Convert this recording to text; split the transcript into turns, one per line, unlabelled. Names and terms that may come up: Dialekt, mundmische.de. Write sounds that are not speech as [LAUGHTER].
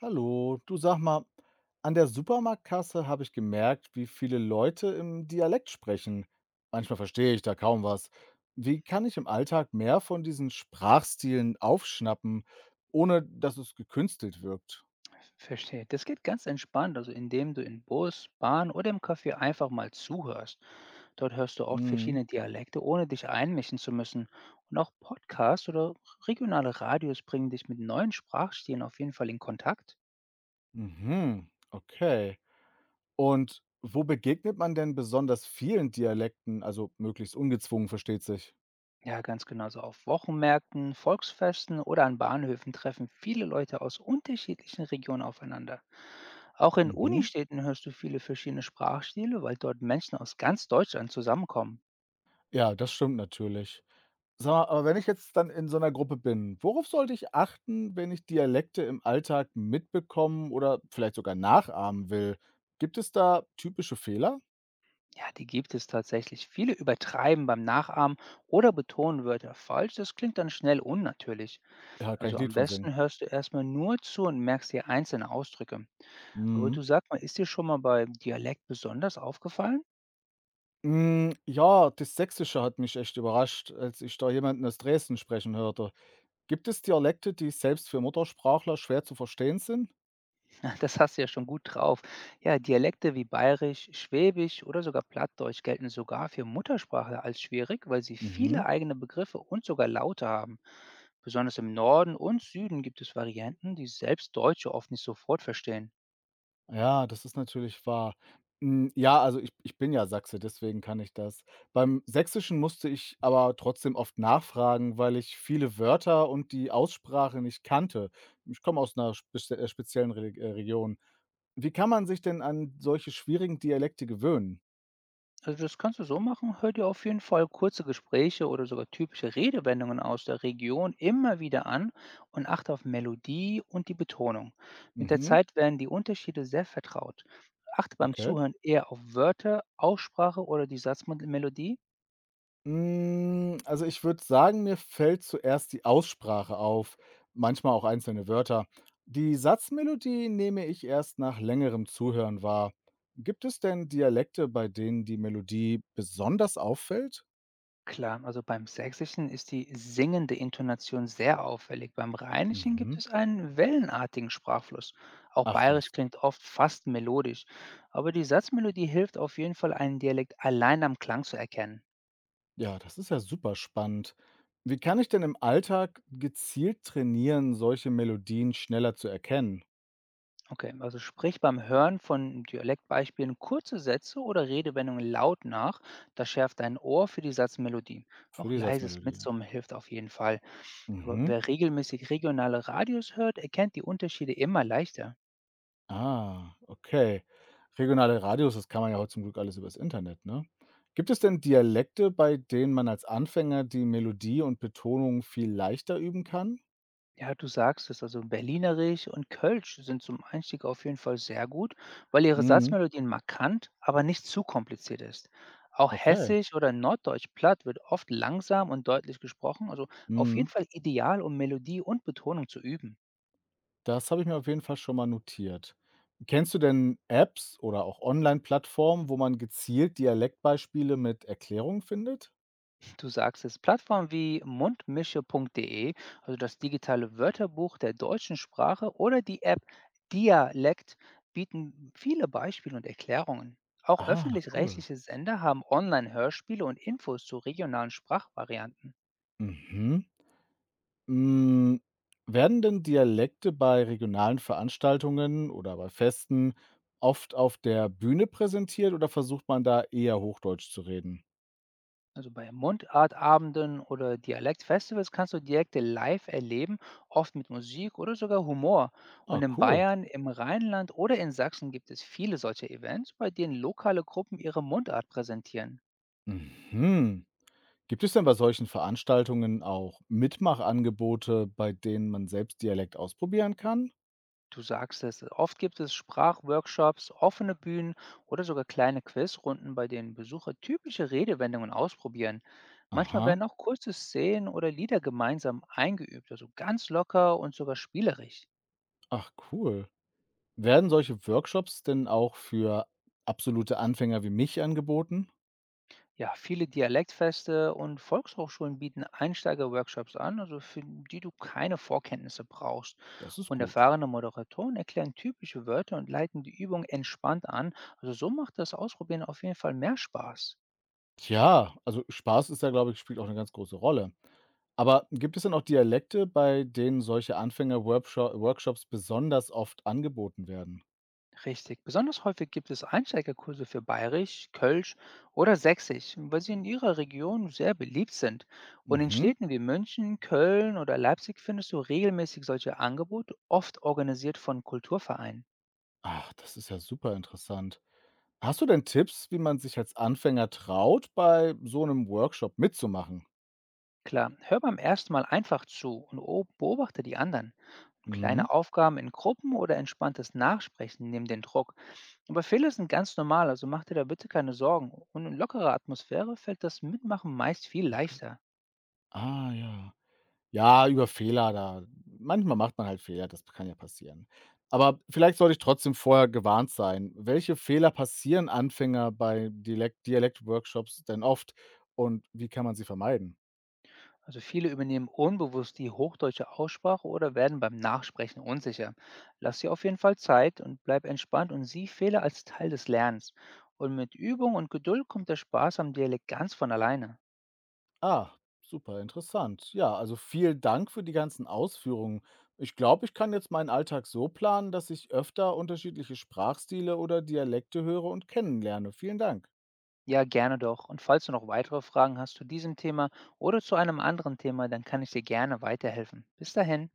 Hallo, du sag mal, an der Supermarktkasse habe ich gemerkt, wie viele Leute im Dialekt sprechen. Manchmal verstehe ich da kaum was. Wie kann ich im Alltag mehr von diesen Sprachstilen aufschnappen, ohne dass es gekünstelt wirkt?
Verstehe. Das geht ganz entspannt, also indem du in Bus, Bahn oder im Café einfach mal zuhörst. Dort hörst du oft
Mhm.
verschiedene Dialekte, ohne dich einmischen zu müssen. Und auch Podcasts oder regionale Radios bringen dich mit neuen Sprachstilen auf jeden Fall in Kontakt.
Mhm. Okay. Und wo begegnet man denn besonders vielen Dialekten, also möglichst ungezwungen, versteht sich?
Ja, ganz genauso auf Wochenmärkten, Volksfesten oder an Bahnhöfen treffen viele Leute aus unterschiedlichen Regionen aufeinander. Auch in
Mhm.
Unistädten hörst du viele verschiedene Sprachstile, weil dort Menschen aus ganz Deutschland zusammenkommen.
Ja, das stimmt natürlich. Sag mal, aber wenn ich jetzt dann in so einer Gruppe bin, worauf sollte ich achten, wenn ich Dialekte im Alltag mitbekommen oder vielleicht sogar nachahmen will? Gibt es da typische Fehler?
Ja, die gibt es tatsächlich. Viele übertreiben beim Nachahmen oder betonen Wörter falsch. Das klingt dann schnell unnatürlich.
Ja, kann ich
Also
'n Lied
am
von singen.
besten hörst du erstmal nur zu und merkst dir einzelne Ausdrücke. Aber
Mhm.
du sag mal, ist dir schon mal bei Dialekt besonders aufgefallen?
Hm, ja, das Sächsische hat mich echt überrascht, als ich da jemanden aus Dresden sprechen hörte. Gibt es Dialekte, die selbst für Muttersprachler schwer zu verstehen sind?
[LAUGHS] Na, das hast du ja schon gut drauf. Ja, Dialekte wie Bayerisch, Schwäbisch oder sogar Plattdeutsch gelten sogar für Muttersprache als schwierig, weil sie viele
Mhm.
eigene Begriffe und sogar Laute haben. Besonders im Norden und Süden gibt es Varianten, die selbst Deutsche oft nicht sofort verstehen.
Ja, das ist natürlich wahr. Hm, ja, also ich bin ja Sachse, deswegen kann ich das. Beim Sächsischen musste ich aber trotzdem oft nachfragen, weil ich viele Wörter und die Aussprache nicht kannte. Ich komme aus einer speziellen Relig Region. Wie kann man sich denn an solche schwierigen Dialekte gewöhnen?
Also das kannst du so machen, hör dir auf jeden Fall kurze Gespräche oder sogar typische Redewendungen aus der Region immer wieder an und achte auf Melodie und die Betonung. Mit der
Mhm,
Zeit werden die Unterschiede sehr vertraut. Achte beim
okay.
Zuhören eher auf Wörter, Aussprache oder die Satzmelodie.
Hm, also, ich würde sagen, mir fällt zuerst die Aussprache auf, manchmal auch einzelne Wörter. Die Satzmelodie nehme ich erst nach längerem Zuhören wahr. Gibt es denn Dialekte, bei denen die Melodie besonders auffällt?
Klar, also beim Sächsischen ist die singende Intonation sehr auffällig. Beim Rheinischen gibt
Mhm.
es einen wellenartigen Sprachfluss. Auch
Ach
Bayerisch
was.
klingt oft fast melodisch. Aber die Satzmelodie hilft auf jeden Fall, einen Dialekt allein am Klang zu erkennen.
Ja, das ist ja super spannend. Wie kann ich denn im Alltag gezielt trainieren, solche Melodien schneller zu erkennen?
Okay, also sprich beim Hören von Dialektbeispielen kurze Sätze oder Redewendungen laut nach. Das schärft dein Ohr für die Satzmelodie.
Für
Auch
die
leises
Satzmelodie, ja.
Mitsummen hilft auf jeden Fall. Aber
Mhm.
wer regelmäßig regionale Radios hört, erkennt die Unterschiede immer leichter.
Ah, okay. Regionale Radios, das kann man ja heute zum Glück alles übers Internet, ne? Gibt es denn Dialekte, bei denen man als Anfänger die Melodie und Betonung viel leichter üben kann?
Ja, du sagst es. Also Berlinerisch und Kölsch sind zum Einstieg auf jeden Fall sehr gut, weil ihre
Mhm.
Satzmelodien markant, aber nicht zu kompliziert ist. Auch
Okay.
Hessisch oder Norddeutsch platt wird oft langsam und deutlich gesprochen, also auf
Mhm.
jeden Fall ideal, um Melodie und Betonung zu üben.
Das habe ich mir auf jeden Fall schon mal notiert. Kennst du denn Apps oder auch Online-Plattformen, wo man gezielt Dialektbeispiele mit Erklärungen findet?
Du sagst es, Plattformen wie mundmische.de, also das digitale Wörterbuch der deutschen Sprache oder die App Dialekt bieten viele Beispiele und Erklärungen. Auch
Ah, cool.
öffentlich-rechtliche Sender haben Online-Hörspiele und Infos zu regionalen Sprachvarianten.
Mhm. Hm, werden denn Dialekte bei regionalen Veranstaltungen oder bei Festen oft auf der Bühne präsentiert oder versucht man da eher Hochdeutsch zu reden?
Also bei Mundartabenden oder Dialektfestivals kannst du Dialekte live erleben, oft mit Musik oder sogar Humor.
Ah,
Und in
cool.
Bayern, im Rheinland oder in Sachsen gibt es viele solche Events, bei denen lokale Gruppen ihre Mundart präsentieren.
Mhm. Gibt es denn bei solchen Veranstaltungen auch Mitmachangebote, bei denen man selbst Dialekt ausprobieren kann?
Du sagst es, oft gibt es Sprachworkshops, offene Bühnen oder sogar kleine Quizrunden, bei denen Besucher typische Redewendungen ausprobieren. Manchmal
Aha,
werden auch kurze Szenen oder Lieder gemeinsam eingeübt, also ganz locker und sogar spielerisch.
ach cool. Werden solche Workshops denn auch für absolute Anfänger wie mich angeboten?
Ja, viele Dialektfeste und Volkshochschulen bieten Einsteigerworkshops an, also für die du keine Vorkenntnisse brauchst.
Das ist
Und
gut.
erfahrene Moderatoren erklären typische Wörter und leiten die Übung entspannt an. Also so macht das Ausprobieren auf jeden Fall mehr Spaß.
Tja, also Spaß ist da, glaube ich spielt auch eine ganz große Rolle. Aber gibt es denn auch Dialekte, bei denen solche Anfänger-Worpsho Workshops besonders oft angeboten werden?
Richtig. Besonders häufig gibt es Einsteigerkurse für Bayerisch, Kölsch oder Sächsisch, weil sie in ihrer Region sehr beliebt sind. Und in
Mhm.
Städten wie München, Köln oder Leipzig findest du regelmäßig solche Angebote, oft organisiert von Kulturvereinen.
Ach, das ist ja super interessant. Hast du denn Tipps, wie man sich als Anfänger traut, bei so einem Workshop mitzumachen?
Klar, hör beim ersten Mal einfach zu und beobachte die anderen.
Mhm.
Kleine Aufgaben in Gruppen oder entspanntes Nachsprechen nehmen den Druck. Aber Fehler sind ganz normal, also mach dir da bitte keine Sorgen. Und in lockerer Atmosphäre fällt das Mitmachen meist viel
Okay.
leichter.
Ah ja. Ja, über Fehler da manchmal macht man halt Fehler, das kann ja passieren. Aber vielleicht sollte ich trotzdem vorher gewarnt sein. Welche Fehler passieren Anfänger bei Dialektworkshops denn oft und wie kann man sie vermeiden?
Also viele übernehmen unbewusst die hochdeutsche Aussprache oder werden beim Nachsprechen unsicher. Lass dir auf jeden Fall Zeit und bleib entspannt und sieh Fehler als Teil des Lernens. Und mit Übung und Geduld kommt der Spaß am Dialekt ganz von alleine.
Ah, super interessant. Ja, also vielen Dank für die ganzen Ausführungen. Ich glaube, ich kann jetzt meinen Alltag so planen, dass ich öfter unterschiedliche Sprachstile oder Dialekte höre und kennenlerne. Vielen Dank.
Ja, gerne doch. Und falls du noch weitere Fragen hast zu diesem Thema oder zu einem anderen Thema, dann kann ich dir gerne weiterhelfen. Bis dahin.